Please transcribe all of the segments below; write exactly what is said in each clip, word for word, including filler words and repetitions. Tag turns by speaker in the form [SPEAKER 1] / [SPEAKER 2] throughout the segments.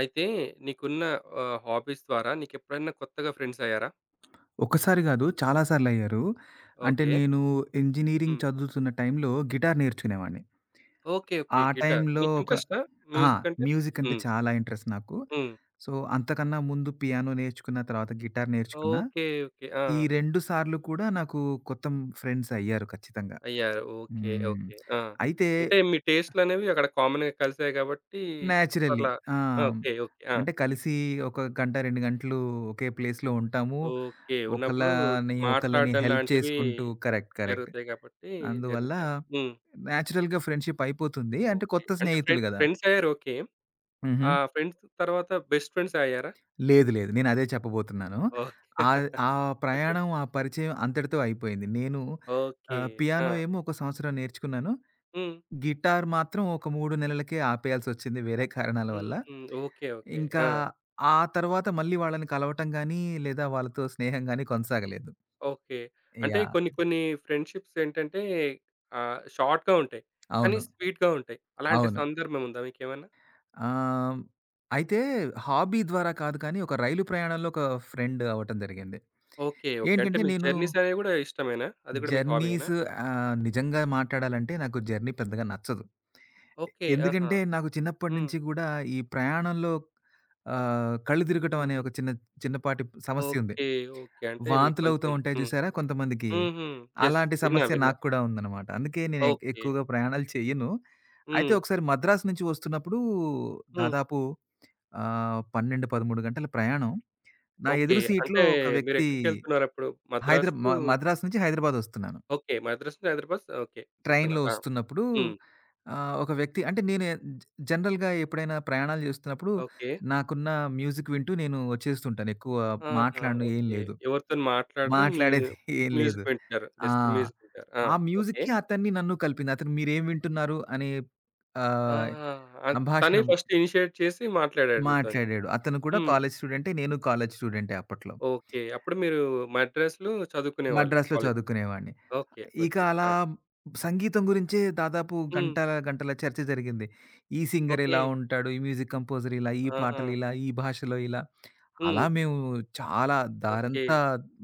[SPEAKER 1] అయితే నీకున్న ఆహ్, హాబీస్ ద్వారా నీకెప్పుడైనా కొత్తగా ఫ్రెండ్స్ అయ్యారా?
[SPEAKER 2] ఒక్కసారి గాదు. చాలా సార్లయ్యారు. అంటే
[SPEAKER 1] ఓకే.
[SPEAKER 2] నేను ఇంజినీరింగ్
[SPEAKER 1] హ్మ్.
[SPEAKER 2] చదువుతున్న టైంలో గిటార్ నేర్చుకునేవాడిని.
[SPEAKER 1] ఓకే. ఓకే.
[SPEAKER 2] ఆ
[SPEAKER 1] గిటార్.
[SPEAKER 2] టైంలో
[SPEAKER 1] నీకు
[SPEAKER 2] ఒక
[SPEAKER 1] ఇంట్రెస్టా
[SPEAKER 2] ఆ!
[SPEAKER 1] మ్యూజిక్ అంటే?
[SPEAKER 2] మ్యూజిక్ అంటే
[SPEAKER 1] హ్మ్.
[SPEAKER 2] చాలా ఇంట్రెస్ట్ నాకు.
[SPEAKER 1] హ్మ్.
[SPEAKER 2] సో, అంతకన్నా ముందు పియానో నేర్చుకున్న, తర్వాత గిటార్ నేర్చుకున్నా.
[SPEAKER 1] ఓకే. ఓకే. ఆ!
[SPEAKER 2] ఈ రెండు సార్లు కూడా నాకు కొత్త ఫ్రెండ్స్ అయ్యారు ఖచ్చితంగా.
[SPEAKER 1] అయ్యారు. ఓకే.
[SPEAKER 2] హ్మ్.
[SPEAKER 1] ఓకే. ఆ!
[SPEAKER 2] అయితే
[SPEAKER 1] అంటే మీ టేస్ట్‌లనేవి అక్కడ కామన్‌గా కలిసాయి గాబట్టి
[SPEAKER 2] నేచురల్లీ
[SPEAKER 1] అప్పట్లా
[SPEAKER 2] ఆ!
[SPEAKER 1] ఆ! ఓకే. ఓకే. ఆ!
[SPEAKER 2] అంటే కలిసి ఒక గంట, రెండు గంటలు ఒకే ప్లేస్‌లో ఉంటాము.
[SPEAKER 1] ఓకే. ఉన్నప్పుడు
[SPEAKER 2] ఒకళ్ళని, ఒకళ్ళని
[SPEAKER 1] మాట్లాడడం
[SPEAKER 2] హెల్ప్
[SPEAKER 1] లాంటివి
[SPEAKER 2] చేసుకుంటూ కరెక్ట్. కరెక్ట్.
[SPEAKER 1] జరుగుతాయి గాబట్టి
[SPEAKER 2] అందువల్ల
[SPEAKER 1] జరుగుతాయి. హ్మ్.
[SPEAKER 2] నేచురల్‌గా ఫ్రెండ్‌షిప్ అయిపోతుంది. అంటే
[SPEAKER 1] ఓకే.
[SPEAKER 2] కొత్త
[SPEAKER 1] అంటే
[SPEAKER 2] స్నేహితులు
[SPEAKER 1] ఫ్రెండ్
[SPEAKER 2] గదా!
[SPEAKER 1] ఫ్రెండ్స్ అయ్యారు ఓకే.
[SPEAKER 2] హుహు.
[SPEAKER 1] ఆ ఫ్రెండ్స్ తర్వాత బెస్ట్ ఫ్రెండ్స్ అయ్యారా?
[SPEAKER 2] లేదు. లేదు. నేనదే చెప్పబోతున్నాను.
[SPEAKER 1] ఓకే.
[SPEAKER 2] ఆహ్, ఆ
[SPEAKER 1] ఓకే.
[SPEAKER 2] ప్రయాణం, ఆ పరిచయం అంతటితో అయిపోయింది. నేను
[SPEAKER 1] ఓకే.
[SPEAKER 2] ఆహ్, పియానో
[SPEAKER 1] ఆ!
[SPEAKER 2] ఏమో ఒక సంవత్సరం నేర్చుకున్నాను.
[SPEAKER 1] హ్మ్.
[SPEAKER 2] గిటార్ మాత్రం ఒక మూడు నెలలకే ఆపేయాల్సొచ్చింది వేరే కారణాల వల్ల.
[SPEAKER 1] హుహు. ఓకే. ఓకే.
[SPEAKER 2] ఇంకా
[SPEAKER 1] ఆ!
[SPEAKER 2] ఆ తర్వాత మళ్ళీ వాళ్ళని కలవటం గానీ, లేదా వాళ్ళతో స్నేహం గానీ కొనసాగలేదు.
[SPEAKER 1] ఓకే. అంటే కొన్ని
[SPEAKER 2] యాహ్!
[SPEAKER 1] కొన్ని ఫ్రెండ్‌షిప్స్ ఏంటంటే ఆహ్, షార్ట్‌గా ఉంటాయి. కానీ
[SPEAKER 2] అవును.
[SPEAKER 1] స్వీట్‌గా ఉంటాయి. అలాంటి
[SPEAKER 2] అవును.
[SPEAKER 1] సందర్భం ఉందా మీకేమన్నా?
[SPEAKER 2] ఆహ్, అయితే హాబీ ద్వారా కాదు కానీ, ఒక రైలు ప్రయాణంలో ఒక ఫ్రెండ్ అవ్వటం జరిగింది.
[SPEAKER 1] ఓకే. ఓకే. అంటే
[SPEAKER 2] ఏంటంటే
[SPEAKER 1] మీకు
[SPEAKER 2] నేను
[SPEAKER 1] జర్నీస్ అనేవి గూడా ఇష్టమేనా? అది కూడా మీకు హాబీయేనా?
[SPEAKER 2] జర్నీస్ ఆహ్, నిజంగా మాట్లాడాలంటే నాకు జర్నీ పెద్దగా నచ్చదు.
[SPEAKER 1] ఓకే. ఆహా!
[SPEAKER 2] ఎందుకంటే నాకు చిన్నప్పటి
[SPEAKER 1] హ్మ్.
[SPEAKER 2] నుంచి గూడా ఈ ప్రయాణంలో ఆహ్, కళ్ళు తిరగటం అనే
[SPEAKER 1] హుహు.
[SPEAKER 2] ఒక చిన్న చిన్నపాటి సమస్య ఉంది.
[SPEAKER 1] ఓకే. ఓకే. అంటే మీకు
[SPEAKER 2] వాంతులవుతూ
[SPEAKER 1] కొంచెం
[SPEAKER 2] ఉంటాయి
[SPEAKER 1] హ్మ్.
[SPEAKER 2] చూసారా కొంతమందికి?
[SPEAKER 1] హుహు. యెస్.
[SPEAKER 2] అలాంటి
[SPEAKER 1] విన్నా.
[SPEAKER 2] సమస్య
[SPEAKER 1] విన్నా.
[SPEAKER 2] నాకు కూడా ఉందనమాట. అందుకే నేను ఎక్
[SPEAKER 1] ఓకే.
[SPEAKER 2] ఎక్కువగా ప్రయాణాలు చెయ్యను. అయితే
[SPEAKER 1] హ్మ్.
[SPEAKER 2] ఒకసారి మద్రాసు నుంచి వస్తున్నప్పుడు
[SPEAKER 1] హ్మ్.
[SPEAKER 2] దాదాపు ఆహ్, పన్నెండు, పదమూడు గంటల ప్రయాణం. నా
[SPEAKER 1] ఓకే.
[SPEAKER 2] ఎదురు సీట్‌లో
[SPEAKER 1] అంటే
[SPEAKER 2] ఒక వ్యక్తి
[SPEAKER 1] మీరెక్కడికెళ్తున్నారప్పుడు?
[SPEAKER 2] హైదరా
[SPEAKER 1] మద్రాస్ టు
[SPEAKER 2] మ మద్రాస్ నుంచి హైదరాబాద్ వస్తున్నాను.
[SPEAKER 1] ఓకే. 'మద్రాస్' నుంచి 'హైదరాబాద్' ఓకే.
[SPEAKER 2] ట్రైన్‌లో
[SPEAKER 1] వస్తున్నారు. ఆ!
[SPEAKER 2] వస్తున్నప్పుడు
[SPEAKER 1] హ్మ్.
[SPEAKER 2] ఆహ్, ఒక వ్యక్తి అంటే నేను జ జనరల్‌గా ఎప్పుడైనా ప్రయాణాలు చేస్తున్నప్పుడు
[SPEAKER 1] ఓకే.
[SPEAKER 2] నాకున్న మ్యూజిక్ వింటూ నేను వచ్చేస్తుంటాను. ఎక్కువ
[SPEAKER 1] ఆహా!
[SPEAKER 2] మాట్లాడను ఏం
[SPEAKER 1] ఓకే.
[SPEAKER 2] లేదు.
[SPEAKER 1] ఎవరితోని మాట్లాడరు. మీ
[SPEAKER 2] మాట్లాడేది ఏం లేదు.
[SPEAKER 1] మ్యూజిక్ వింటారు.
[SPEAKER 2] ఆ!
[SPEAKER 1] జస్ట్ మ్యూజిక్ వింటారు. ఆ!
[SPEAKER 2] ఆ
[SPEAKER 1] ఓకే.
[SPEAKER 2] మ్యూజిక్‌కి అతన్ని నన్ను కలిపింది. అతను మీరేం వింటున్నారు అనే ఆహ్,
[SPEAKER 1] ఆహా! అన్
[SPEAKER 2] సంభాషణ
[SPEAKER 1] తనే ఫస్ట్ ఇనిషియేట్ చేసి మాట్లాడాడు మీతోని.
[SPEAKER 2] మాట్లాడాడు. అతను కూడా
[SPEAKER 1] హ్మ్.
[SPEAKER 2] కాలేజ్ స్టూడెంటే. నేను కాలేజ్ స్టూడెంటే అప్పట్లో.
[SPEAKER 1] ఓకే. అప్పుడు మీరు మద్రాస్‌లో చదువుకునేవాళ్ళు
[SPEAKER 2] మద్రాస్‌లో
[SPEAKER 1] కాలేజ్.
[SPEAKER 2] చదువుకునేవాడిని.
[SPEAKER 1] ఓకే. గుడ్.
[SPEAKER 2] ఇక
[SPEAKER 1] గుడ్.
[SPEAKER 2] అలా
[SPEAKER 1] ఆ!
[SPEAKER 2] సంగీతం గురించే దాదాపు
[SPEAKER 1] హ్మ్.
[SPEAKER 2] గంటల, గంటల చర్చ జరిగింది. ఈ సింగర్
[SPEAKER 1] ఓకే.
[SPEAKER 2] ఇలా ఉంటాడు, ఈ మ్యూజిక్ కంపోజర్ ఇలా, ఈ
[SPEAKER 1] ఆహా!
[SPEAKER 2] పాటలు ఇలా, ఈ భాషలో ఇలా. అలా
[SPEAKER 1] హ్మ్.
[SPEAKER 2] మేము చాలా
[SPEAKER 1] ఓకే.
[SPEAKER 2] దారంతా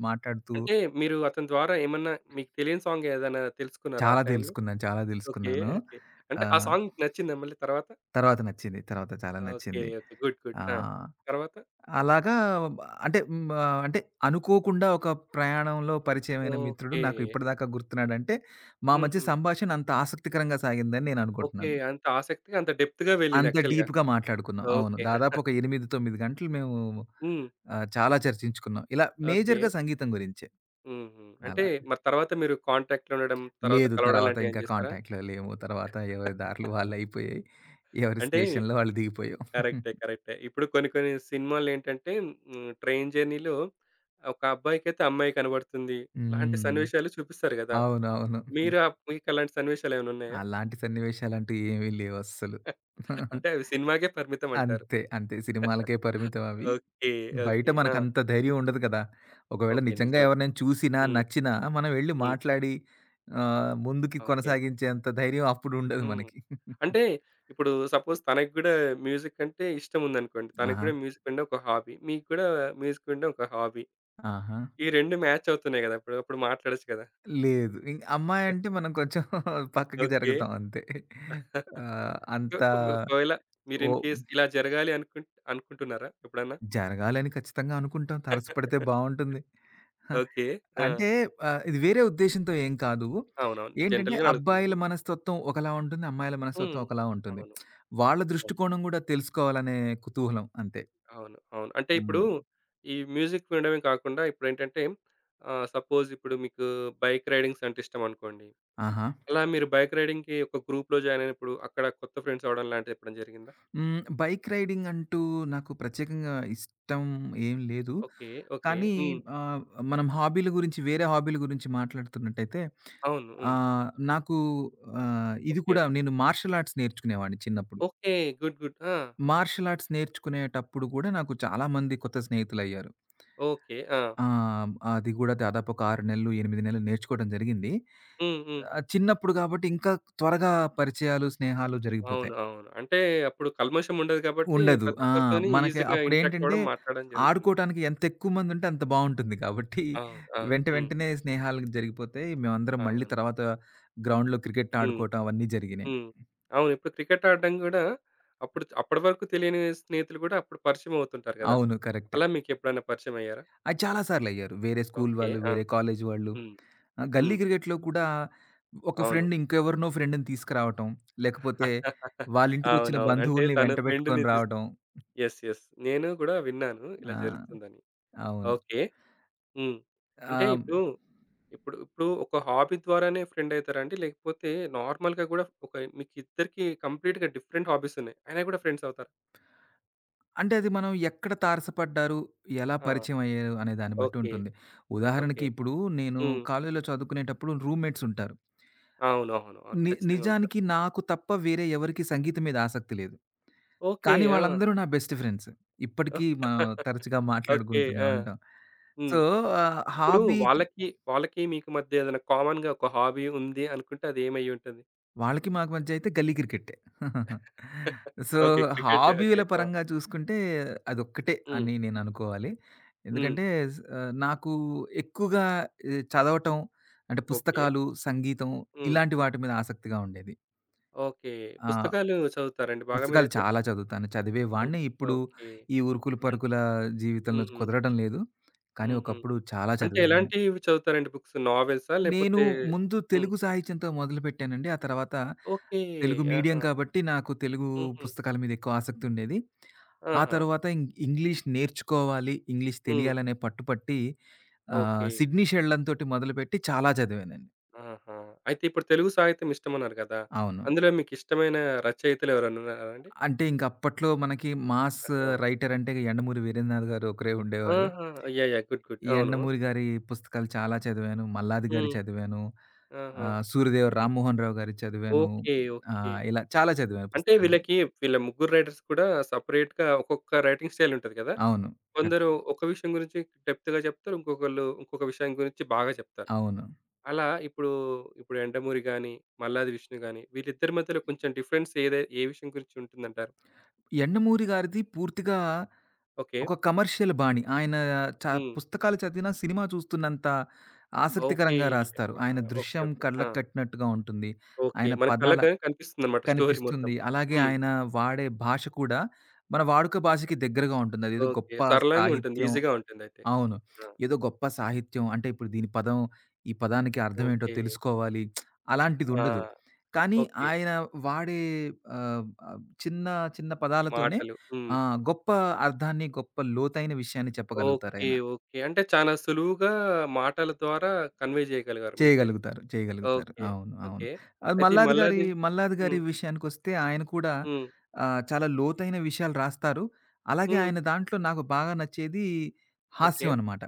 [SPEAKER 2] మాట్లాడుతూ
[SPEAKER 1] అంటే మీరు అతని ద్వారా ఏమన్నా మీకు తెలియని సాంగ్ ఏదైనా తెలుసుకున్నారా ఆ
[SPEAKER 2] చాలా
[SPEAKER 1] టైంలో?
[SPEAKER 2] తెలుసుకున్నాను, చాలా
[SPEAKER 1] ఓకే.
[SPEAKER 2] తెలుసుకున్నాను.
[SPEAKER 1] ఓకే. అంటే ఆ
[SPEAKER 2] ఆహ్,
[SPEAKER 1] సాంగ్ నచ్చిందా మళ్ళీ తర్వాత?
[SPEAKER 2] తర్వాత నచ్చింది. తర్వాత చాలా
[SPEAKER 1] ఓకే.
[SPEAKER 2] నచ్చింది.
[SPEAKER 1] ఓకే. గుడ్. గుడ్.
[SPEAKER 2] ఆ!
[SPEAKER 1] ఆ! తర్వాత?
[SPEAKER 2] అలాగా అంటే హ్మ్. ఆహ్, అంటే అనుకోకుండా ఒక ప్రయాణంలో పరిచయమైన మిత్రుడు
[SPEAKER 1] ఓకే.
[SPEAKER 2] నాకు ఇప్పటిదాకా గుర్తున్నాడంటే, మా మధ్య
[SPEAKER 1] హుహు.
[SPEAKER 2] సంభాషణ అంత ఆసక్తికరంగా సాగిందని నేను
[SPEAKER 1] ఓకే.
[SPEAKER 2] అనుకుంటున్నాను.
[SPEAKER 1] అంత ఆసక్తిగా, అంత డెప్త్‌గా వెళ్ళింది
[SPEAKER 2] అంత
[SPEAKER 1] యాక్చువల్‌గా.
[SPEAKER 2] డీప్‌గా మాట్లాడుకున్నాం. అవును.
[SPEAKER 1] ఓకే.
[SPEAKER 2] దాదాపు ఒక ఎనిమిది, తొమ్మిది గంటలు మేము
[SPEAKER 1] హ్మ్.
[SPEAKER 2] ఆహ్, చాలా చర్చించుకున్నాం. ఇలా
[SPEAKER 1] ఓకే.
[SPEAKER 2] మేజర్‌గా సంగీతం గురించే.
[SPEAKER 1] హుహు. అంటే
[SPEAKER 2] అలా.
[SPEAKER 1] మరి తర్వాత మీరు కాంటాక్ట్‌లో ఉండడం, తర్వాత
[SPEAKER 2] లేదు.
[SPEAKER 1] కలవడం
[SPEAKER 2] తర్వాత
[SPEAKER 1] లాంటివి ఏం
[SPEAKER 2] ఇంకా
[SPEAKER 1] చేశారా?
[SPEAKER 2] కాంటాక్ట్‌లో లేము. తర్వాత ఎవరి దారులు వాళ్ళయిపోయాయి. ఎవరి
[SPEAKER 1] అంటే
[SPEAKER 2] స్టేషన్‌లో వాళ్ళు దిగిపోయాం.
[SPEAKER 1] కరెక్టే. కరెక్టే. ఇప్పుడు కొన్ని కొన్ని సినిమాలేంటంటే హ్మ్. ట్రైన్ జర్నీలో ఒక అబ్బాయికైతే అమ్మాయి కనబడుతుంది. ఇలాంటి
[SPEAKER 2] హ్మ్.
[SPEAKER 1] సన్నివేశాలు చూపిస్తారు గదా!
[SPEAKER 2] అవునవును.
[SPEAKER 1] మీరు ఆహ్, మీకు అలాంటి సన్నివేశాలేమైనా ఉన్నాయా?
[SPEAKER 2] అలాంటి సన్నివేశాలంటూ ఏమీ లేవస్సలు.
[SPEAKER 1] అంటే అవి సినిమాకే పరిమితం అంటారు.
[SPEAKER 2] అంతే. అంతే. సినిమాలకే పరిమితం అవి.
[SPEAKER 1] ఓకే.
[SPEAKER 2] బయట
[SPEAKER 1] ఓకే. ఆ!
[SPEAKER 2] మనకంత ధైర్యం ఉండదు కదా! ఒకవేళ
[SPEAKER 1] ఓకే.
[SPEAKER 2] నిజంగా
[SPEAKER 1] నిజమే.
[SPEAKER 2] ఎవరినైనా చూసినా,
[SPEAKER 1] హ్మ్.
[SPEAKER 2] నచ్చినా మనం వెళ్లి
[SPEAKER 1] హ్మ్.
[SPEAKER 2] మాట్లాడి ఆహ్, ముందుకి
[SPEAKER 1] ఓకే.
[SPEAKER 2] కొనసాగించేంత ధైర్యం అప్పుడు ఉండదు
[SPEAKER 1] హ్మ్.
[SPEAKER 2] మనకి.
[SPEAKER 1] అంటే ఇప్పుడు సపోజ్ తనకి గూడా మ్యూజిక్ అంటే ఇష్టముందనుకోండి. తనకి
[SPEAKER 2] ఆహా!
[SPEAKER 1] గూడా మ్యూజిక్ అంటే ఒక హాబీ. మీకు గూడా మ్యూజిక్ అంటే ఒక హాబీ.
[SPEAKER 2] ఆహా!
[SPEAKER 1] ఈ రెండు మ్యాచ్ అవుతున్నాయి గదా! అప్పుడు అప్పుడు మాట్లాడొచ్చు గదా!
[SPEAKER 2] లేదు. ఇంక అమ్మాయంటే మనం కొంచెం పక్కకి
[SPEAKER 1] ఓకే.
[SPEAKER 2] జరుగుతాం అంతే. ఆహ్,
[SPEAKER 1] సో,
[SPEAKER 2] అంత
[SPEAKER 1] ఒక ఒకవేళ మీరు
[SPEAKER 2] ఓ
[SPEAKER 1] ఇన్ కేస్ ఇలా జరగాలి అనుకున్ అనుకుంటున్నారా ఎప్పుడన్నా?
[SPEAKER 2] జరగాలని ఖచ్చితంగా అనుకుంటాం. తారసపడితే బావుంటుంది. హా!
[SPEAKER 1] ఓకే. ఆ!
[SPEAKER 2] అంటే ఆహ్, ఇది వేరే ఉద్దేశ్యంతో ఏం కాదు.
[SPEAKER 1] అవునవును.
[SPEAKER 2] ఏంటంటే
[SPEAKER 1] జనరల్‌గానే
[SPEAKER 2] అబ్బాయిల
[SPEAKER 1] అడుగుతున్నాను.
[SPEAKER 2] మనస్తత్వం ఒకలా ఉంటుంది. అమ్మాయిల మనస్తత్వం
[SPEAKER 1] హ్మ్.
[SPEAKER 2] ఒకలా ఉంటుంది.
[SPEAKER 1] అవును.
[SPEAKER 2] వాళ్ళ
[SPEAKER 1] అవును.
[SPEAKER 2] దృష్టికోణం గూడా తెలుసుకోవాలనే కుతూహలం అంతే.
[SPEAKER 1] అవును. అవును. అంటే ఇప్పుడు
[SPEAKER 2] హ్మ్.
[SPEAKER 1] ఈ మ్యూజిక్ వినడమే కాకుండా ఇప్పుడేంటంటే ఆహ్, సపోజ్ ఇప్పుడు మీకు బైక్ రైడింగ్స్ అంటే ఇష్టమనుకోండి.
[SPEAKER 2] ఆహా!
[SPEAKER 1] అలా మీరు బైక్ రైడింగ్‌కి ఒక గ్రూప్‌లో జాయిన్ అయినప్పుడు అక్కడ కొత్త ఫ్రెండ్స్ అవ్వడం లాంటిది ఎప్పుడైనా జరిగిందా?
[SPEAKER 2] హ్మ్. బైక్ రైడింగ్ అంటూ నాకు ప్రత్యేకంగా ఇష్టం ఏం లేదు.
[SPEAKER 1] ఓకే. ఓకే.
[SPEAKER 2] కానీ
[SPEAKER 1] హ్మ్.
[SPEAKER 2] ఆహ్, మనం హాబీల గురించి వేరే హాబీల గురించి మాట్లాడుతున్నట్టయితే
[SPEAKER 1] అవును. హ్మ్.
[SPEAKER 2] ఆహ్, నాకు ఆహ్, ఇది
[SPEAKER 1] ఓకే.
[SPEAKER 2] కూడా నేను మార్షల్ ఆర్ట్స్ నేర్చుకునేవాడిని చిన్నప్పుడు.
[SPEAKER 1] ఓకే. గుడ్. గుడ్. ఆ!
[SPEAKER 2] మార్షియల్ ఆర్ట్స్ నేర్చుకునేటప్పుడు గూడా నాకు చాలా మంది కొత్త స్నేహితులయ్యారు.
[SPEAKER 1] ఓకే. ఆ!
[SPEAKER 2] ఆహ్, అది గూడా దాదాపు ఒక ఆరు నెలలు, ఎనిమిది నెలలు నేర్చుకోవడం జరిగింది.
[SPEAKER 1] హ్మ్. హ్మ్.
[SPEAKER 2] ఆహ్, చిన్నప్పుడు గాబట్టి ఇంకా త్వరగా పరిచయాలు, స్నేహాలు
[SPEAKER 1] అవును.
[SPEAKER 2] జరిగిపోతాయి.
[SPEAKER 1] అవును. అంటే అప్పుడు కల్మషం ఉండదు కాబట్టి
[SPEAKER 2] ఉండదు.
[SPEAKER 1] ప్రతి
[SPEAKER 2] ఆ!
[SPEAKER 1] ఒక్కరితోని
[SPEAKER 2] మనకి
[SPEAKER 1] ఈజీగా ఇంటరాక్ట్
[SPEAKER 2] అప్పుడేంటంటే
[SPEAKER 1] అవ్వడం, మాట్లాడడం జరుగుతుంది.
[SPEAKER 2] ఆడుకోవటానికి ఎంత ఎక్కువ మందుంటే అంత బావుంటుంది కాబట్టి
[SPEAKER 1] అవును. అవును.
[SPEAKER 2] వెంట
[SPEAKER 1] హ్మ్.
[SPEAKER 2] వెంటనే స్నేహాలు జరిగిపోతాయి. మేమందరం మళ్ళీ
[SPEAKER 1] అవును.
[SPEAKER 2] తర్వాత గ్రౌండ్‌లో క్రికెట్
[SPEAKER 1] హ్మ్.
[SPEAKER 2] ఆడుకోవటం అవన్నీ జరిగినాయి.
[SPEAKER 1] హ్మ్. అవును. ఇప్పుడు క్రికెట్ ఆడడం గూడా అప్పుడు అప్పటి వరకు తెలియని స్నేహితులు గూడా అప్పుడు పరిచయం అవుతుంటారు గదా!
[SPEAKER 2] అవును. కరెక్ట్.
[SPEAKER 1] అలా మీకెప్పుడైనా పరిచయం అయ్యారా?
[SPEAKER 2] అది చాలా సార్లయ్యారు. వేరే స్కూల్
[SPEAKER 1] ఓకే.
[SPEAKER 2] వాళ్ళు,
[SPEAKER 1] ఆ!
[SPEAKER 2] వేరే కాలేజ్ వాళ్ళు.
[SPEAKER 1] హ్మ్.
[SPEAKER 2] ఆహ్, గల్లీ
[SPEAKER 1] హ్మ్.
[SPEAKER 2] క్రికెట్‌లో కూడా ఒక
[SPEAKER 1] అవును.
[SPEAKER 2] ఫ్రెండ్ ఇంకెవరినో ఫ్రెండ్‌ని తీసుకురావటం, లేకపోతే వాళ్ళింటికొచ్చిన
[SPEAKER 1] అవునవును. అంటే
[SPEAKER 2] బంధువుల్ని
[SPEAKER 1] తన
[SPEAKER 2] వెంటబెట్టుకొని
[SPEAKER 1] ఫ్రెండ్‌ని తీస్
[SPEAKER 2] రావడం.
[SPEAKER 1] యెస్. యెస్. నేను గూడా విన్నాను ఇలా
[SPEAKER 2] ఆ!
[SPEAKER 1] జరుగుతుందని.
[SPEAKER 2] అవును.
[SPEAKER 1] ఓకే. హ్మ్. అంటే
[SPEAKER 2] ఆహ్,
[SPEAKER 1] ఇప్పుడు ఇప్పుడు ఇప్పుడు ఒక హాబీ ద్వారానే ఫ్రెండ్ అయితారా అండి? లేకపోతే నార్మల్‌గా గూడా ఒక మీకిద్దరికీ కంప్లీట్‌గా డిఫరెంట్ హాబీస్ ఉన్నాయి. అయినా గూడా ఫ్రెండ్స్ అవుతారా?
[SPEAKER 2] అంటే అది మనం ఎక్కడ తారసపడ్డారు, ఎలా
[SPEAKER 1] ఆ!
[SPEAKER 2] పరిచయం అయ్యారు అనే దాన్ని బట్టి
[SPEAKER 1] ఓకే.
[SPEAKER 2] ఉంటుంది. ఉదాహరణకి
[SPEAKER 1] ఓకే.
[SPEAKER 2] ఇప్పుడు నేను
[SPEAKER 1] హ్మ్.
[SPEAKER 2] కాలేజీలో చదువుకునేటప్పుడు రూమ్‌మేట్స్ ఉంటారు.
[SPEAKER 1] అవునవును. అవును. అవును
[SPEAKER 2] ని
[SPEAKER 1] ఖచ్చితంగా ఉంటారు.
[SPEAKER 2] నిజానికి నాకు తప్ప వేరే ఎవరికీ సంగీతం మీద ఆసక్తి లేదు.
[SPEAKER 1] ఓకే.
[SPEAKER 2] కానీ
[SPEAKER 1] ఆ!
[SPEAKER 2] వాళ్ళందరూ నా బెస్ట్ ఫ్రెండ్స్. ఇప్పటికీ మా తరచుగా
[SPEAKER 1] ఓకే.
[SPEAKER 2] మాట్లాడుకుంటూనే
[SPEAKER 1] ఆ!
[SPEAKER 2] ఉంటాం.
[SPEAKER 1] హ్మ్.
[SPEAKER 2] సో, ఆహ్,
[SPEAKER 1] ఇప్పుడు
[SPEAKER 2] హాబీకి
[SPEAKER 1] వాళ్ళకి, వాళ్ళకి మీకు మధ్య ఏదైనా కామన్‌గా ఒక హాబీ ఉంది అనుకుంటే అది ఏమయ్యుంటది?
[SPEAKER 2] వాళ్ళకి మాకు మధ్య అయితే గల్లీ క్రికెట్టే. So,
[SPEAKER 1] okay. క్రికెట్.
[SPEAKER 2] హాబీల
[SPEAKER 1] ఓకే. ఆ!
[SPEAKER 2] పరంగా చూసుకుంటే అదొక్కటే
[SPEAKER 1] హ్మ్.
[SPEAKER 2] అని నేననుకోవాలి.
[SPEAKER 1] హ్మ్.
[SPEAKER 2] ఎందుకంటే స్ ఆహ్, నాకు ఎక్కువగా ఈ చదవటం అంటే
[SPEAKER 1] ఓకే.
[SPEAKER 2] పుస్తకాలు, సంగీతం
[SPEAKER 1] హ్మ్.
[SPEAKER 2] ఇలాంటి వాటి మీద ఆసక్తిగా ఉండేది.
[SPEAKER 1] ఓకే.
[SPEAKER 2] ఆ!
[SPEAKER 1] పుస్తకాలు చదువుతారండి బాగా
[SPEAKER 2] పుస్తకాలు
[SPEAKER 1] మీరైతే?
[SPEAKER 2] చాలా చదువుతాను.
[SPEAKER 1] అన్
[SPEAKER 2] చదివేవాడిని. ఇప్పుడు
[SPEAKER 1] ఓకే.
[SPEAKER 2] ఈ ఉరుకులు
[SPEAKER 1] అన్
[SPEAKER 2] పరుగుల జీవితంలో
[SPEAKER 1] హుహు.
[SPEAKER 2] కుదరడం లేదు. కానీ
[SPEAKER 1] హుహు.
[SPEAKER 2] ఒకప్పుడు చాలా
[SPEAKER 1] అంటే
[SPEAKER 2] చదివేవాడిని.
[SPEAKER 1] ఎలాంటివి చదువుతారండి బుక్స్? నావెల్సా?
[SPEAKER 2] నేను
[SPEAKER 1] లేపోతే
[SPEAKER 2] ముందు
[SPEAKER 1] హ్మ్.
[SPEAKER 2] తెలుగు సాహిత్యంతో మొదలుపెట్టానండి. ఆ తర్వాత
[SPEAKER 1] ఓకే.
[SPEAKER 2] తెలుగు మీడియం
[SPEAKER 1] ఆహా!
[SPEAKER 2] కాబట్టి నాకు తెలుగు
[SPEAKER 1] హుహు.
[SPEAKER 2] పుస్తకాల మీద ఎక్కువ ఆసక్తి ఉండేది. ఆ
[SPEAKER 1] ఆహా!
[SPEAKER 2] తర్వాత ఇం ఇంగ్లీష్ నేర్చుకోవాలి, ఇంగ్లీష్
[SPEAKER 1] హ్మ్.
[SPEAKER 2] తెలియాలనే పట్టుపట్టి ఆహ్,
[SPEAKER 1] ఓకే.
[SPEAKER 2] 'సిడ్నీ షెల్డన్' తోటి మొదలుపెట్టి చాలా చదివానండి.
[SPEAKER 1] ఆహా! అయితే ఇప్పుడు తెలుగు సాహిత్యం ఇష్టమన్నారు కదా!
[SPEAKER 2] అవును.
[SPEAKER 1] అందులో మీకిష్టమైన రచయితలు ఎవరైనా ఉన్నారా అండి?
[SPEAKER 2] అంటే ఇంక అప్పట్లో మనకి మాస్
[SPEAKER 1] ఆహా!
[SPEAKER 2] రైటర్ అంటే 'యండమూరి వీరేంద్రనాథ్' గారు ఒకరే ఉండేవారు.
[SPEAKER 1] ఆహా! యాహ్! యాహ్! గుడ్. గుడ్.
[SPEAKER 2] ఈ
[SPEAKER 1] అవును.
[SPEAKER 2] 'యండమూరి' గారి పుస్తకాలు చాలా చదివాను. 'మల్లాది' గారియి
[SPEAKER 1] హ్మ్.
[SPEAKER 2] చదివాను.
[SPEAKER 1] ఆహా!
[SPEAKER 2] ఆహ్, 'సూర్యదేవ రామ్మోహన్ రావు' గారియి చదివాను.
[SPEAKER 1] ఓకే. ఓకే.
[SPEAKER 2] ఆహ్, ఇలా చాలా చదివాను
[SPEAKER 1] అంటే
[SPEAKER 2] పుస్తకాలన్నీ.
[SPEAKER 1] వీళ్ళకి వీళ్ళ ముగ్గురు రైటర్స్ కూడా సెపరేట్‌గా ఒక్కొక్క రైటింగ్ స్టైల్ ఉంటది కదా!
[SPEAKER 2] అవును. కద్
[SPEAKER 1] కొందరు ఒక విషయం గురించి డెప్త్‌గా చెప్తారు. ఇంకొకళ్ళు ఇంకొక విషయం గురించి బాగా చెప్తారు.
[SPEAKER 2] అవును.
[SPEAKER 1] అలా ఇప్పుడు, ఇప్పుడు 'యండమూరి' గాని, 'మల్లాది విష్ణు' గాని వీళ్ళిద్దరి మధ్యలో కొంచెం డిఫరెన్స్ ఏదై ఏ విషయం గురించి ఉంటుందంటారు?
[SPEAKER 2] 'యండమూరి' గారిది పూర్తిగా
[SPEAKER 1] ఓకే.
[SPEAKER 2] ఒక కమర్షియల్ బాణి. ఆయన చ
[SPEAKER 1] హ్మ్.
[SPEAKER 2] పుస్తకాలు చదివినా సినిమా చూస్తున్నంత
[SPEAKER 1] ఓకే.
[SPEAKER 2] ఆసక్తికరంగా రాస్తారు.
[SPEAKER 1] ఆ!
[SPEAKER 2] ఆయన
[SPEAKER 1] ఓకే.
[SPEAKER 2] దృశ్యం
[SPEAKER 1] ఓకే. ఆ!
[SPEAKER 2] కళ్ళకు కట్టినట్టుగా ఉంటుంది.
[SPEAKER 1] ఓకే.
[SPEAKER 2] ఆయన
[SPEAKER 1] మన
[SPEAKER 2] పదాల
[SPEAKER 1] కళ్ళకి గాని కనిపిస్తుందన్నమాట స్టోరీ మొత్తం.
[SPEAKER 2] కనిపిస్తుంది. అలాగే
[SPEAKER 1] హ్మ్.
[SPEAKER 2] ఆయన వాడే భాష కూడా మన వాడుక భాషకి దగ్గరగా ఉంటుంది. అదేదో
[SPEAKER 1] ఓకే.
[SPEAKER 2] గొప్ప
[SPEAKER 1] సరళంగా ఉంటుంది.
[SPEAKER 2] సాహిత్యం
[SPEAKER 1] ఈజీగా ఉంటుందయితే.
[SPEAKER 2] అవును.
[SPEAKER 1] ఆ!
[SPEAKER 2] ఏదో గొప్ప సాహిత్యం అంటే ఇప్పుడు దీని పదం, ఈ పదానికి అర్థం ఏంటో
[SPEAKER 1] ఓకే.
[SPEAKER 2] తెలుసుకోవాలి
[SPEAKER 1] ఆ!
[SPEAKER 2] అలాంటిదుండదు. కానీ
[SPEAKER 1] ఓకే.
[SPEAKER 2] ఆయన వాడే ఆహ్, ఆహ్, చిన్న చిన్న పదాలతోనే
[SPEAKER 1] మాటలు. హ్మ్.
[SPEAKER 2] ఆహ్, గొప్ప అర్థాన్ని, గొప్ప లోతైన విషయాన్ని
[SPEAKER 1] ఓకే.
[SPEAKER 2] చెప్పగలుగుతారాయన.
[SPEAKER 1] ఓకే. అంటే చాలా సులువుగా మాటల ద్వారా కన్వే చేయగలిగారు మెసేజ్.
[SPEAKER 2] చేయగలుగుతారు. చేయగలుగుతారు.
[SPEAKER 1] ఓకే.
[SPEAKER 2] అవును. అవును.
[SPEAKER 1] ఓకే.
[SPEAKER 2] అది
[SPEAKER 1] అయితే ఈ
[SPEAKER 2] మల్లాది గారి,
[SPEAKER 1] మల్లాది
[SPEAKER 2] మల్లాది గారి
[SPEAKER 1] హ్మ్.
[SPEAKER 2] విషయానికొస్తే ఆయన కూడా
[SPEAKER 1] హ్మ్.
[SPEAKER 2] ఆహ్, చాలా లోతైన విషయాలు రాస్తారు. అలాగే
[SPEAKER 1] హ్మ్.
[SPEAKER 2] ఆయన దాంట్లో నాకు బాగా నచ్చేది
[SPEAKER 1] ఓకే.
[SPEAKER 2] హాస్యం అనమాట.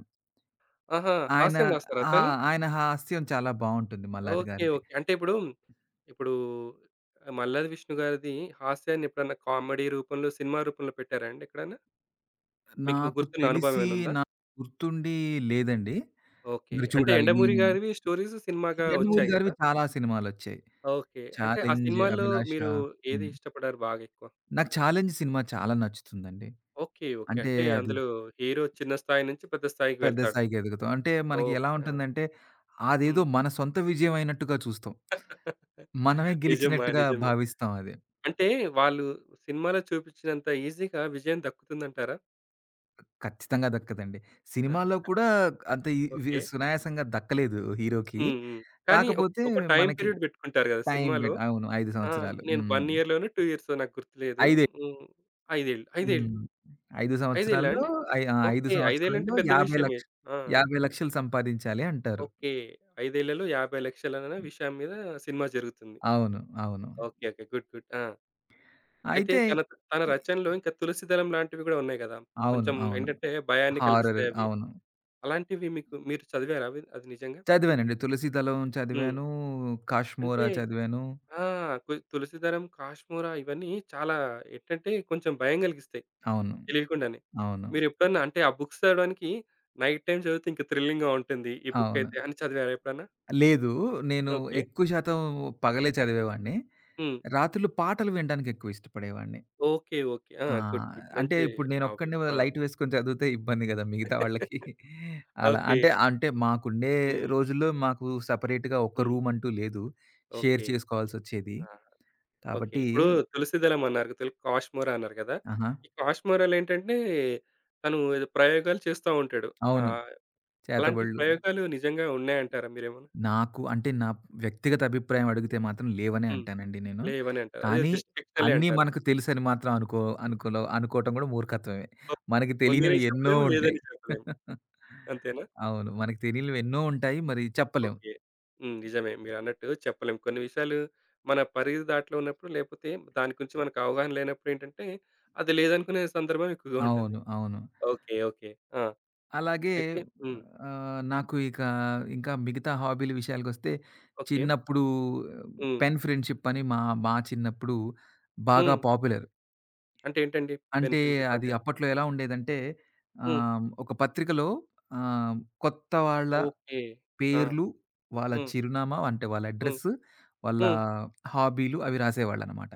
[SPEAKER 1] ఆహా!
[SPEAKER 2] ఆయన
[SPEAKER 1] హాస్యం రాస్తారా
[SPEAKER 2] అహా!
[SPEAKER 1] అతను?
[SPEAKER 2] ఆయన హాస్యం చాలా బావుంటుంది మల్లాది
[SPEAKER 1] ఓకే.
[SPEAKER 2] గారిది.
[SPEAKER 1] ఓకే. అంటే ఇప్పుడు, ఇప్పుడు మల్లాది విష్ణు గారిది హాస్యాన్ని ఎప్పుడన్నా కామెడీ రూపంలో, సినిమా రూపంలో పెట్టారా అండి ఎక్కడైనా? మీకు
[SPEAKER 2] నాకు
[SPEAKER 1] గుర్తున్న అనుభవం
[SPEAKER 2] తెలిసి
[SPEAKER 1] ఏమైనా ఉందా?
[SPEAKER 2] నాకు గుర్తుండి లేదండి.
[SPEAKER 1] ఓకే.
[SPEAKER 2] మరి
[SPEAKER 1] అంటే
[SPEAKER 2] చూడాలి.
[SPEAKER 1] 'ఎండమూరి'
[SPEAKER 2] నేను
[SPEAKER 1] గారివి స్టోరీస్ సినిమాగా
[SPEAKER 2] 'యండమూరి'
[SPEAKER 1] వచ్చాయి గదా!
[SPEAKER 2] గారివి చాలా సినిమాలొచ్చాయి.
[SPEAKER 1] ఓకే. అంటే ఆ
[SPEAKER 2] 'ఛాలెంజ్',
[SPEAKER 1] సినిమాలో
[SPEAKER 2] 'అభిలాష'
[SPEAKER 1] మీరు ఏది
[SPEAKER 2] హ్మ్.
[SPEAKER 1] ఇష్టపడారు బాగా ఎక్కువ?
[SPEAKER 2] నాకు 'ఛాలెంజ్' సినిమా చాలా నచ్చుతుందండి.
[SPEAKER 1] ఓకే. ఓకే.
[SPEAKER 2] అంటే
[SPEAKER 1] అంటే
[SPEAKER 2] అది
[SPEAKER 1] అందులో హీరో చిన్న స్థాయి నుంచి పెద్ద స్థాయికి
[SPEAKER 2] పెద్ద
[SPEAKER 1] వెళ్తాడు.
[SPEAKER 2] స్థాయికి ఎదుగుతాం. అంటే మనకి ఎలా
[SPEAKER 1] ఓకే. ఆ!
[SPEAKER 2] ఉంటుందంటే అదేదో
[SPEAKER 1] హ్మ్.
[SPEAKER 2] మన సొంత విజయం అయినట్టుగా చూస్తాం. మనమే
[SPEAKER 1] నిజమా?
[SPEAKER 2] గెలిచినట్టుగా
[SPEAKER 1] నిజమే.
[SPEAKER 2] భావిస్తాం అది.
[SPEAKER 1] అంటే వాళ్ళు సినిమాలో చూపించినంత ఈజీగా విజయం దక్కుతుందంటారా?
[SPEAKER 2] ఖచ్చితంగా దక్కదండి. సినిమాల్లో కూడా అంత ఈ వి
[SPEAKER 1] ఓకే.
[SPEAKER 2] సునాయాసంగా దక్కలేదు హీరోకి.
[SPEAKER 1] హ్మ్. హ్మ్. కానీ ఒక
[SPEAKER 2] కాకపోతే
[SPEAKER 1] ఒక టైమ్
[SPEAKER 2] మనకి
[SPEAKER 1] పీరియడ్ పెట్టుకుంటారు గదా!
[SPEAKER 2] టైం
[SPEAKER 1] సినిమాలో.
[SPEAKER 2] బెట్ అవును. ఐదు
[SPEAKER 1] ఆ!
[SPEAKER 2] సంవత్సరాలు.
[SPEAKER 1] నేను ఒక
[SPEAKER 2] హ్మ్.
[SPEAKER 1] ఇయర్‌లోనో, రెండు ఇయర్సో నాకు గుర్తులేదు.
[SPEAKER 2] 5
[SPEAKER 1] హ్మ్. ఐదు ఏళ్ళు, ఐదు ఏళ్ళు,
[SPEAKER 2] హ్మ్. ఐదు
[SPEAKER 1] ఐదు ఏళ్ళా
[SPEAKER 2] సంవత్సరాల్లో
[SPEAKER 1] అండి?
[SPEAKER 2] ఐ ఆ! ఐదు
[SPEAKER 1] ఓకే. ఐదు ఏళ్ళంటే
[SPEAKER 2] సంవత్సరాల్లో
[SPEAKER 1] పెద్ద విషయమే.
[SPEAKER 2] 50,00,000
[SPEAKER 1] ఆ!
[SPEAKER 2] రూ. ఏభై లక్షలు సంపాదించాలి అంటారు.
[SPEAKER 1] ఓకే. ఐదు ఏళ్లలో యాభై,లక్షలు విషయం మీద సినిమా జరుగుతుంది.
[SPEAKER 2] అవును. అవును.
[SPEAKER 1] ఓకే. ఓకే. గుడ్. గుడ్. ఆ! అయితే
[SPEAKER 2] అయితే
[SPEAKER 1] తన తన
[SPEAKER 2] ఇ
[SPEAKER 1] రచనలో ఇంకా తులసి దళం లాంటివి గూడా ఉన్నాయి గదా!
[SPEAKER 2] అవును.
[SPEAKER 1] కొంచెం
[SPEAKER 2] అవును.
[SPEAKER 1] ఏంటంటే భయాన్ని
[SPEAKER 2] హారర్
[SPEAKER 1] కలిగిస్తాయి అవి.
[SPEAKER 2] అవును.
[SPEAKER 1] అలాంటివి మీకు మీరు చదివారా అవి అది నిజంగా?
[SPEAKER 2] చదివానండి. 'తులసీ దళం'
[SPEAKER 1] హ్మ్.
[SPEAKER 2] చదివాను.
[SPEAKER 1] అంటే
[SPEAKER 2] 'కాష్మోరా' చదివాను.
[SPEAKER 1] ఆ! కు తులసీదళం, కాష్మోరా ఇవన్నీ చాలా ఏంటంటే కొంచెం భయం గలిగిస్తాయి
[SPEAKER 2] అవును.
[SPEAKER 1] తెలియకుండానే.
[SPEAKER 2] అవును.
[SPEAKER 1] మీరెప్పుడన్నా అంటే ఆ బుక్స్ చదవడానికి నైట్ టైమ్ చదివితే ఇంకా థ్రిల్లింగ్‌గా ఉంటుంది ఈ బుక్
[SPEAKER 2] అవును.
[SPEAKER 1] అయితే అని చదివారా ఎప్పుడన్నా?
[SPEAKER 2] లేదు. నేను
[SPEAKER 1] ఓకే.
[SPEAKER 2] ఎక్కువ శాతం పగలే చదివేవాడిని.
[SPEAKER 1] హ్మ్.
[SPEAKER 2] రాత్రులు పాటలు వినడానికి ఎక్కువ ఇష్టపడేవాడిని.
[SPEAKER 1] ఓకే. ఓకే. ఆ!
[SPEAKER 2] ఆ!
[SPEAKER 1] గుడ్. గుడ్.
[SPEAKER 2] అంటే
[SPEAKER 1] మంచి
[SPEAKER 2] ఇప్పుడు
[SPEAKER 1] హాబీ.
[SPEAKER 2] నేనొక్కడినే
[SPEAKER 1] ఆ!
[SPEAKER 2] లైట్ వేసుకొని చదివితే ఇబ్బంది గదా! మిగతా వాళ్ళకి. అలా
[SPEAKER 1] ఓకే.
[SPEAKER 2] అంటే, అంటే మాకుండే
[SPEAKER 1] హ్మ్.
[SPEAKER 2] రోజుల్లో మాకు సెపరేట్‌గా ఒక
[SPEAKER 1] హ్మ్.
[SPEAKER 2] రూమ్ అంటూ లేదు. Share
[SPEAKER 1] okay.
[SPEAKER 2] చేసుకోవాల్సొచ్చేది.
[SPEAKER 1] ఆహా! ఓకే.
[SPEAKER 2] కాబట్టి
[SPEAKER 1] ఇప్పుడు తులసీదళం అన్నారు తెలు కాష్మోరా అన్నారు గదా!
[SPEAKER 2] ఆహా!
[SPEAKER 1] ఈ కాష్మోరాలో ఏంటంటే తను ఏదో ప్రయోగాలు చేస్తా ఉంటాడు.
[SPEAKER 2] అవును.
[SPEAKER 1] ఆహ్, అలాంటి
[SPEAKER 2] చేతబడులు.
[SPEAKER 1] ప్రయోగాలు నిజంగా ఉన్నాయంటారా మీరేమన్నా?
[SPEAKER 2] నాకు అంటే నా వ్యక్తిగత అభిప్రాయం అడిగితే మాత్రం లేవనే
[SPEAKER 1] హ్మ్.
[SPEAKER 2] అంటానండి నేను.
[SPEAKER 1] లేవని అంటారు. అదే
[SPEAKER 2] కానీ
[SPEAKER 1] జస్ట్ ఫిక్షనలే
[SPEAKER 2] అన్నీ
[SPEAKER 1] అంటారు.
[SPEAKER 2] మనకు తెలుసని మాత్రం అనుకో అనుకోలో అనుకోవటం కూడా మూర్ఖత్వమే.
[SPEAKER 1] సో,
[SPEAKER 2] మనకి
[SPEAKER 1] ఉందని
[SPEAKER 2] తెలియనివి ఎన్నో
[SPEAKER 1] చెప్పలేము,
[SPEAKER 2] ఉంటాయి.
[SPEAKER 1] లేదని చెప్పలేము. అంతేనా?
[SPEAKER 2] అవును. మనకు తెలియనివి ఎన్నో ఉంటాయి. మరి చెప్పలేం.
[SPEAKER 1] ఓకే. హ్మ్. నిజమే. మీరన్నట్టు చెప్పలేం. కొన్ని విషయాలు మన పరిధి దాటిలో ఉన్నప్పుడు లేపోతే దాని గురించి మనకు అవగాహన లేనప్పుడు ఏంటంటే, అది లేదనుకునే సందర్భం ఎక్కువగా ఉంటుంది.
[SPEAKER 2] అవును. అవును.
[SPEAKER 1] ఓకే. ఓకే. ఆ!
[SPEAKER 2] అలాగే
[SPEAKER 1] అయితే హ్మ్.
[SPEAKER 2] ఆహ్, నాకు ఇక ఇంకా మిగతా హాబీల విషయాలకొస్తే
[SPEAKER 1] ఓకే.
[SPEAKER 2] చిన్నప్పుడు
[SPEAKER 1] హ్మ్.
[SPEAKER 2] పెన్ ఫ్రెండ్‌షిప్ అని మా మా చిన్నప్పుడు బాగా
[SPEAKER 1] హ్మ్.
[SPEAKER 2] పాపులర్.
[SPEAKER 1] అంటే ఏంటండి? పెన్
[SPEAKER 2] అంటే
[SPEAKER 1] ఫ్రెండ్‌షిప్
[SPEAKER 2] అది
[SPEAKER 1] అంటే?
[SPEAKER 2] అప్పట్లో ఎలా ఉండేదంటే
[SPEAKER 1] హ్మ్.
[SPEAKER 2] ఆహ్, ఒక పత్రికలో ఆహ్, కొత్త వాళ్ళ
[SPEAKER 1] ఓకే. ఆ!
[SPEAKER 2] పేర్లు, వాళ్ళ
[SPEAKER 1] హ్మ్.
[SPEAKER 2] చిరునామా అంటే వాళ్ళ
[SPEAKER 1] హ్మ్.
[SPEAKER 2] అడ్రెస్, వాళ్ళ
[SPEAKER 1] హ్మ్.
[SPEAKER 2] హాబీలు అవి రాసేవాళ్ళనమాట.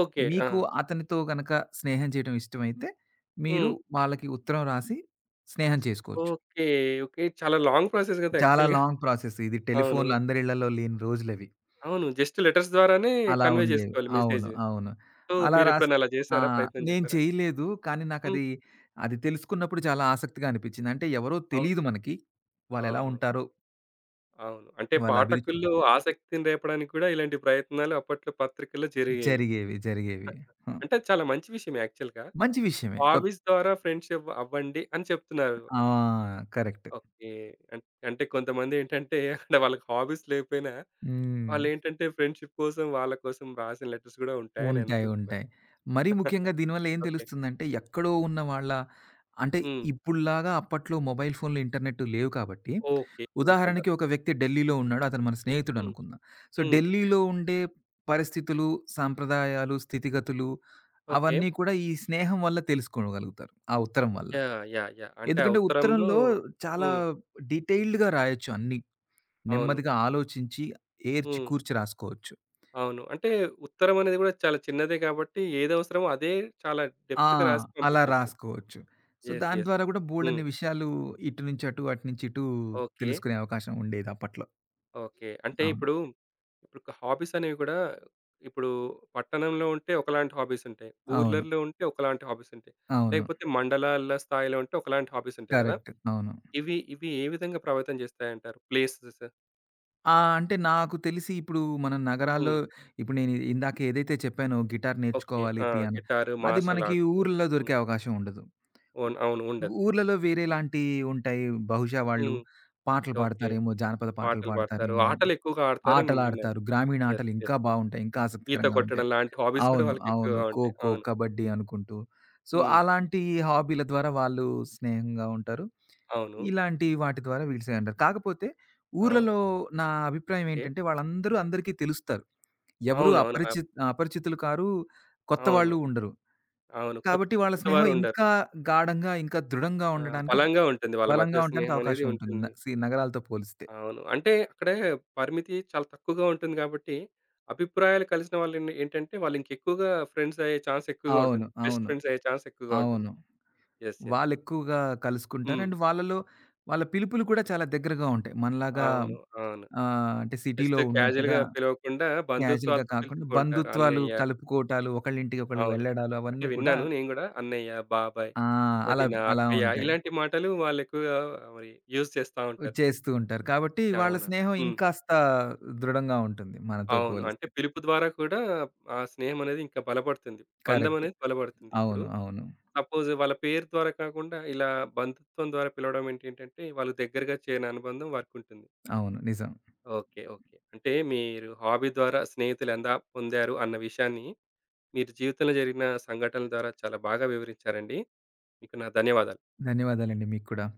[SPEAKER 1] ఓకే. ఆ!
[SPEAKER 2] మీకు అతనితో గనక స్నేహం చేయడం ఇష్టమైతే మీరు
[SPEAKER 1] హ్మ్.
[SPEAKER 2] వాళ్ళకి ఉత్తరం రాసి స్నేహం చేసుకోవచ్చు.
[SPEAKER 1] ఓకే. ఓకే. చాలా లాంగ్ ప్రాసెస్ కదా!
[SPEAKER 2] చాలా
[SPEAKER 1] యాక్చువల్‌గా.
[SPEAKER 2] లాంగ్ ప్రాసెస్ ఇది.
[SPEAKER 1] అవును.
[SPEAKER 2] టెలిఫోన్‌లు అందరి ఇళ్లలో లేని రోజులవి.
[SPEAKER 1] అవును. జస్ట్ లెటర్స్ ద్వారానే
[SPEAKER 2] అలా
[SPEAKER 1] కన్వే
[SPEAKER 2] ఉండేవి.
[SPEAKER 1] జేసుకోవాలి
[SPEAKER 2] అవును.
[SPEAKER 1] మెసేజ్.
[SPEAKER 2] అవును.
[SPEAKER 1] సో,
[SPEAKER 2] అలా రాస్
[SPEAKER 1] మీరెప్పుడైనా అలా
[SPEAKER 2] ఆ!
[SPEAKER 1] జేసారా? ప్రయత్నం
[SPEAKER 2] నేను
[SPEAKER 1] జేసారా?
[SPEAKER 2] చేయలేదు. కానీ
[SPEAKER 1] హ్మ్.
[SPEAKER 2] నాకది, అది అది తెలుసుకున్నప్పుడు చాలా ఆసక్తిగా అనిపిచ్చింది. అంటే ఎవరో
[SPEAKER 1] అవును.
[SPEAKER 2] తెలీదు మనకి. వాళ్ళెలా
[SPEAKER 1] అవును.
[SPEAKER 2] ఉంటారో,
[SPEAKER 1] అవును. అంటే
[SPEAKER 2] వాళ్ళ అభిరుచులు
[SPEAKER 1] పాఠకుల్లో ఆసక్తిని రేపడానికి గూడా ఇలాంటి ప్రయత్నాలు అప్పట్లో పత్రికల్లో జరిగేవి.
[SPEAKER 2] జరిగేవి. జరిగేవి. హ్మ్.
[SPEAKER 1] అంటే చాలా మంచి విషయం యాక్చువల్‌గా.
[SPEAKER 2] మంచి విషయమే. కొత్
[SPEAKER 1] హాబీస్ ద్వారా ఫ్రెండ్షిప్ అవ్వండి అని చెప్తున్నారు.
[SPEAKER 2] ఆ! కరెక్ట్.
[SPEAKER 1] ఓకే. అన్ అంటే కొంతమందేంటంటే అంటే వాళ్ళకి హాబీస్ లేకపోయినా
[SPEAKER 2] హ్మ్.
[SPEAKER 1] వాళ్ళేంటంటే ఫ్రెండ్షిప్ కోసం వాళ్ళ కోసం రాసిన లెటర్స్ గూడా ఉంటాయని
[SPEAKER 2] ఉంటాయి.
[SPEAKER 1] అనుకుంటున్నా.
[SPEAKER 2] ఉంటాయి. మరీ ముఖ్యంగా దీనివల్ల ఏం
[SPEAKER 1] ఓకే.
[SPEAKER 2] తెలుస్తుందంటే, ఎక్కడో ఉన్న వాళ్ళ అంటే
[SPEAKER 1] హ్మ్.
[SPEAKER 2] ఇప్పుడులాగా అప్పట్లో మొబైల్ ఫోన్లు, ఇంటర్నెట్ లేవు కాబట్టి,
[SPEAKER 1] ఓకే. హ్మ్. అంతా.
[SPEAKER 2] ఉదాహరణకి ఒక వ్యక్తి ఢిల్లీలో ఉన్నాడు. అతను మన స్నేహితుడు
[SPEAKER 1] హ్మ్.
[SPEAKER 2] అనుకుందాం. సో,
[SPEAKER 1] హ్మ్.
[SPEAKER 2] ఢిల్లీలో ఉండే పరిస్థితులు, సాంప్రదాయాలు, స్థితిగతులు
[SPEAKER 1] ఓకే.
[SPEAKER 2] అవన్నీ కూడా ఈ స్నేహం వల్ల తెలుసుకోగలుగుతారు. ఆ ఉత్తరం వల్ల.
[SPEAKER 1] యాహ్! యాహ్! యాహ్! అంటే ఆ
[SPEAKER 2] ఎందుకంటే
[SPEAKER 1] ఉత్తరంలో
[SPEAKER 2] ఉత్తరంలో చాలా
[SPEAKER 1] హ్మ్.
[SPEAKER 2] డీటెయిల్డ్‌గా రాయొచ్చు అన్నీ.
[SPEAKER 1] అవును.
[SPEAKER 2] నెమ్మదిగా ఆలోచించి, ఏర్చి
[SPEAKER 1] హ్మ్.
[SPEAKER 2] కూర్చి రాసుకోవచ్చు.
[SPEAKER 1] అవును. అంటే ఉత్తరం అనేది గూడా చాలా చిన్నదే కాబట్టి, ఏదవసరమో అదే చాలా
[SPEAKER 2] ఆ!
[SPEAKER 1] డెప్త్‌గా రాసి
[SPEAKER 2] అలా
[SPEAKER 1] పంపించొచ్చు.
[SPEAKER 2] రాసుకోవచ్చు. So,
[SPEAKER 1] yes.
[SPEAKER 2] దాని
[SPEAKER 1] యెస్.
[SPEAKER 2] ద్వారా గూడా
[SPEAKER 1] హ్మ్.
[SPEAKER 2] బోలెడన్ని విషయాలు ఇటు నుంచి అటు, అటు నుంచి ఇటు
[SPEAKER 1] ఓకే.
[SPEAKER 2] తెలుసుకునే అవకాశం ఉండేది అప్పట్లో.
[SPEAKER 1] ఓకే. అంటే
[SPEAKER 2] అవును.
[SPEAKER 1] ఇప్పుడు, ఇప్పుడు హాబీస్ అనేవి గూడా ఇప్పుడు పట్టణంలో ఉంటే ఒకలాంటి హాబీస్ ఉంటాయి.
[SPEAKER 2] అవును.
[SPEAKER 1] ఊర్లల్లో ఉంటే ఒకలాంటి హాబీస్ ఉంటాయి.
[SPEAKER 2] అవును.
[SPEAKER 1] లేకపోతే మండలాల స్థాయిలో ఉంటే ఒకలాంటి హాబీస్ ఉంటాయి గదా!
[SPEAKER 2] కరెక్ట్. అవును.
[SPEAKER 1] ఇవి ఇవి ఏ విధంగా ప్రభావితం చేస్తాయంటారు? ప్లేసెస్
[SPEAKER 2] ఆ! అంటే నాకు తెలిసి ఇప్పుడు మన నగరాల్లో
[SPEAKER 1] హ్మ్.
[SPEAKER 2] ఇప్పుడు నేను ఇందాక ఏదైతే చెప్పానో గిటార్
[SPEAKER 1] ఓకే.
[SPEAKER 2] నేర్చుకోవాలి,
[SPEAKER 1] ఆ!
[SPEAKER 2] పియానో
[SPEAKER 1] గిటారు,
[SPEAKER 2] అది
[SPEAKER 1] మార్షల్
[SPEAKER 2] మనకి
[SPEAKER 1] ఆర్ట్స్.
[SPEAKER 2] ఊర్లలో దొరికే
[SPEAKER 1] హ్మ్.
[SPEAKER 2] అవకాశం ఉండదు.
[SPEAKER 1] ఓన్ అవును. ఉండదు.
[SPEAKER 2] ఊర్లలో వేరేలాంటియి ఉంటాయి. బహుశా వాళ్ళు
[SPEAKER 1] హ్మ్.
[SPEAKER 2] పాటలు
[SPEAKER 1] ఓకే.
[SPEAKER 2] పాడతారేమో, జానపద పాటలు
[SPEAKER 1] పాటలు పాడతారు.
[SPEAKER 2] పాడతారేమో,
[SPEAKER 1] ఆటలెక్కువగా ఆడతారని నేను విన్నాను.
[SPEAKER 2] ఆటలాడతారు. గ్రామీణ
[SPEAKER 1] యెస్.
[SPEAKER 2] ఆటలు ఇంకా
[SPEAKER 1] యెస్.
[SPEAKER 2] బావుంటాయి. ఇంకా
[SPEAKER 1] ఈత
[SPEAKER 2] ఆసక్తికరంగా ఉంటాయి.
[SPEAKER 1] కొట్టడం లాంటి హాబీస్ గూడా
[SPEAKER 2] అవును. అవును.
[SPEAKER 1] వాళ్ళకెక్కువగా ఉంటాయి.
[SPEAKER 2] ఖోఖో,
[SPEAKER 1] అవును.
[SPEAKER 2] కబడ్డీ అనుకుంటూ. సో,
[SPEAKER 1] హ్మ్.
[SPEAKER 2] అలాంటి హాబీల ద్వారా వాళ్ళు స్నేహంగా ఉంటారు.
[SPEAKER 1] అవును.
[SPEAKER 2] ఇలాంటి వాటి ద్వారా వీళ్ళు స్నేహంగా ఉంటారు. కాకపోతే
[SPEAKER 1] ఆ!
[SPEAKER 2] ఊర్లలో నా అభిప్రాయం
[SPEAKER 1] ఓకే.
[SPEAKER 2] ఏంటంటే వాళ్ళందరూ అందరికీ తెలుస్తారు. ఎవరు
[SPEAKER 1] అవును. అవును.
[SPEAKER 2] అపరిచి
[SPEAKER 1] అప్
[SPEAKER 2] అపరిచితులు కారు, కొత్త వాళ్ళు
[SPEAKER 1] అవును.
[SPEAKER 2] ఉండరు.
[SPEAKER 1] అవును. కొత్
[SPEAKER 2] కాబట్టి వాళ్ళ స్నేహం
[SPEAKER 1] కొత్తవారుండరు.
[SPEAKER 2] ఇంకా గాఢంగా, ఇంకా దృఢంగా
[SPEAKER 1] ఆ!
[SPEAKER 2] ఉండడానికి,
[SPEAKER 1] బలంగా ఉంటుంది. వాళ్ళ
[SPEAKER 2] బలంగా
[SPEAKER 1] మధ్య
[SPEAKER 2] ఉండడానికి
[SPEAKER 1] స్నేహమనేది
[SPEAKER 2] అవకాశం ఉంటుంది. న
[SPEAKER 1] ఉంటుంది.
[SPEAKER 2] సి నగరాలతో పోలిస్తే.
[SPEAKER 1] అవును. అంటే అక్కడ పరిమితి చాలా తక్కువగా ఉంటుంది గాబట్టి, అభిప్రాయాలు కలిసిన వాళ్ళేంటి ఏంటంటే వాళ్ళింకెక్కువగా ఫ్రెండ్స్ అయ్యే ఛాన్స్ ఎక్కువగా
[SPEAKER 2] అవును.
[SPEAKER 1] ఉంటుంది. బెస్ట్
[SPEAKER 2] అవును.
[SPEAKER 1] ఫ్రెండ్స్ అయ్యే ఛాన్స్ ఎక్కువగా ఉంటుంది.
[SPEAKER 2] అవును.
[SPEAKER 1] యెస్. యెస్.
[SPEAKER 2] వాళ్ళెక్కువగా కలుసుకుంటారు.
[SPEAKER 1] హ్మ్.
[SPEAKER 2] అండ్ వాళ్ళలో వాళ్ళ పిలుపులు కూడా చాలా దగ్గరగా ఉంటాయి. మనలాగా
[SPEAKER 1] అవును. అవును.
[SPEAKER 2] ఆహ్, అంటే సిటీలో
[SPEAKER 1] జస్ట్
[SPEAKER 2] ఉన్నట్టుగా
[SPEAKER 1] క్యాజుయల్‌గా పిలవకుండా
[SPEAKER 2] క్యాజుయల్‌గా
[SPEAKER 1] బంధుత్వాలతో
[SPEAKER 2] కాకుండా
[SPEAKER 1] పిలుచుకుంటారు.
[SPEAKER 2] బంధుత్వాలు
[SPEAKER 1] అన్నయ్య
[SPEAKER 2] కలుపుకోవటాలు, ఒకళ్ళింటికి ఒకళ్ళు
[SPEAKER 1] అవును.
[SPEAKER 2] వెళ్ళడాలు
[SPEAKER 1] అంటే
[SPEAKER 2] అవన్నీ కూడా
[SPEAKER 1] విన్నాను నేను గూడా. అన్నయ్య, బాబాయ్,
[SPEAKER 2] ఆ! అలా
[SPEAKER 1] వదిన,
[SPEAKER 2] అలా
[SPEAKER 1] అక్కయ్య
[SPEAKER 2] ఉంటాయి.
[SPEAKER 1] ఇలాంటి మాటలు వాళ్ళు ఎక్కువగా మరి యూజ్ చేస్తా ఉంటారు.
[SPEAKER 2] చేస్తూ ఉంటారు. కాబట్టి వాళ్ళ
[SPEAKER 1] అవును.
[SPEAKER 2] స్నేహం
[SPEAKER 1] హ్మ్.
[SPEAKER 2] ఇంకాస్త దృఢంగా ఉంటుంది మనతో
[SPEAKER 1] అవును. అంటే
[SPEAKER 2] పోలిస్తే.
[SPEAKER 1] పిలుపు ద్వారా కూడా ఆ స్నేహం అనేది ఇంకా బలపడుతుంది. బంధం
[SPEAKER 2] కరెక్ట్.
[SPEAKER 1] అనేది బలపడుతుంది. ఇప్పుడు
[SPEAKER 2] అవును. అవును.
[SPEAKER 1] సపోజ్ వాళ్ళ పేరు ద్వారా కాకుండా ఇలా బంధుత్వం ద్వారా పిలవడం ఏంటేంటంటే వాళ్ళు దగ్గరగా చేరిన అనుబంధం వారికుంటుంది.
[SPEAKER 2] అవును. నిజం.
[SPEAKER 1] ఓకే. ఓకే. అంటే మీరు హాబీ ద్వారా స్నేహితులు ఎలా పొందారు అన్న విషయాన్ని మీరు జీవితంలో జరిగిన సంఘటనల ద్వారా చాలా బాగా వివరించారండి. మీకు నా ధన్యవాదాలు.
[SPEAKER 2] ధన్యవాదాలండి మీకు కూడా.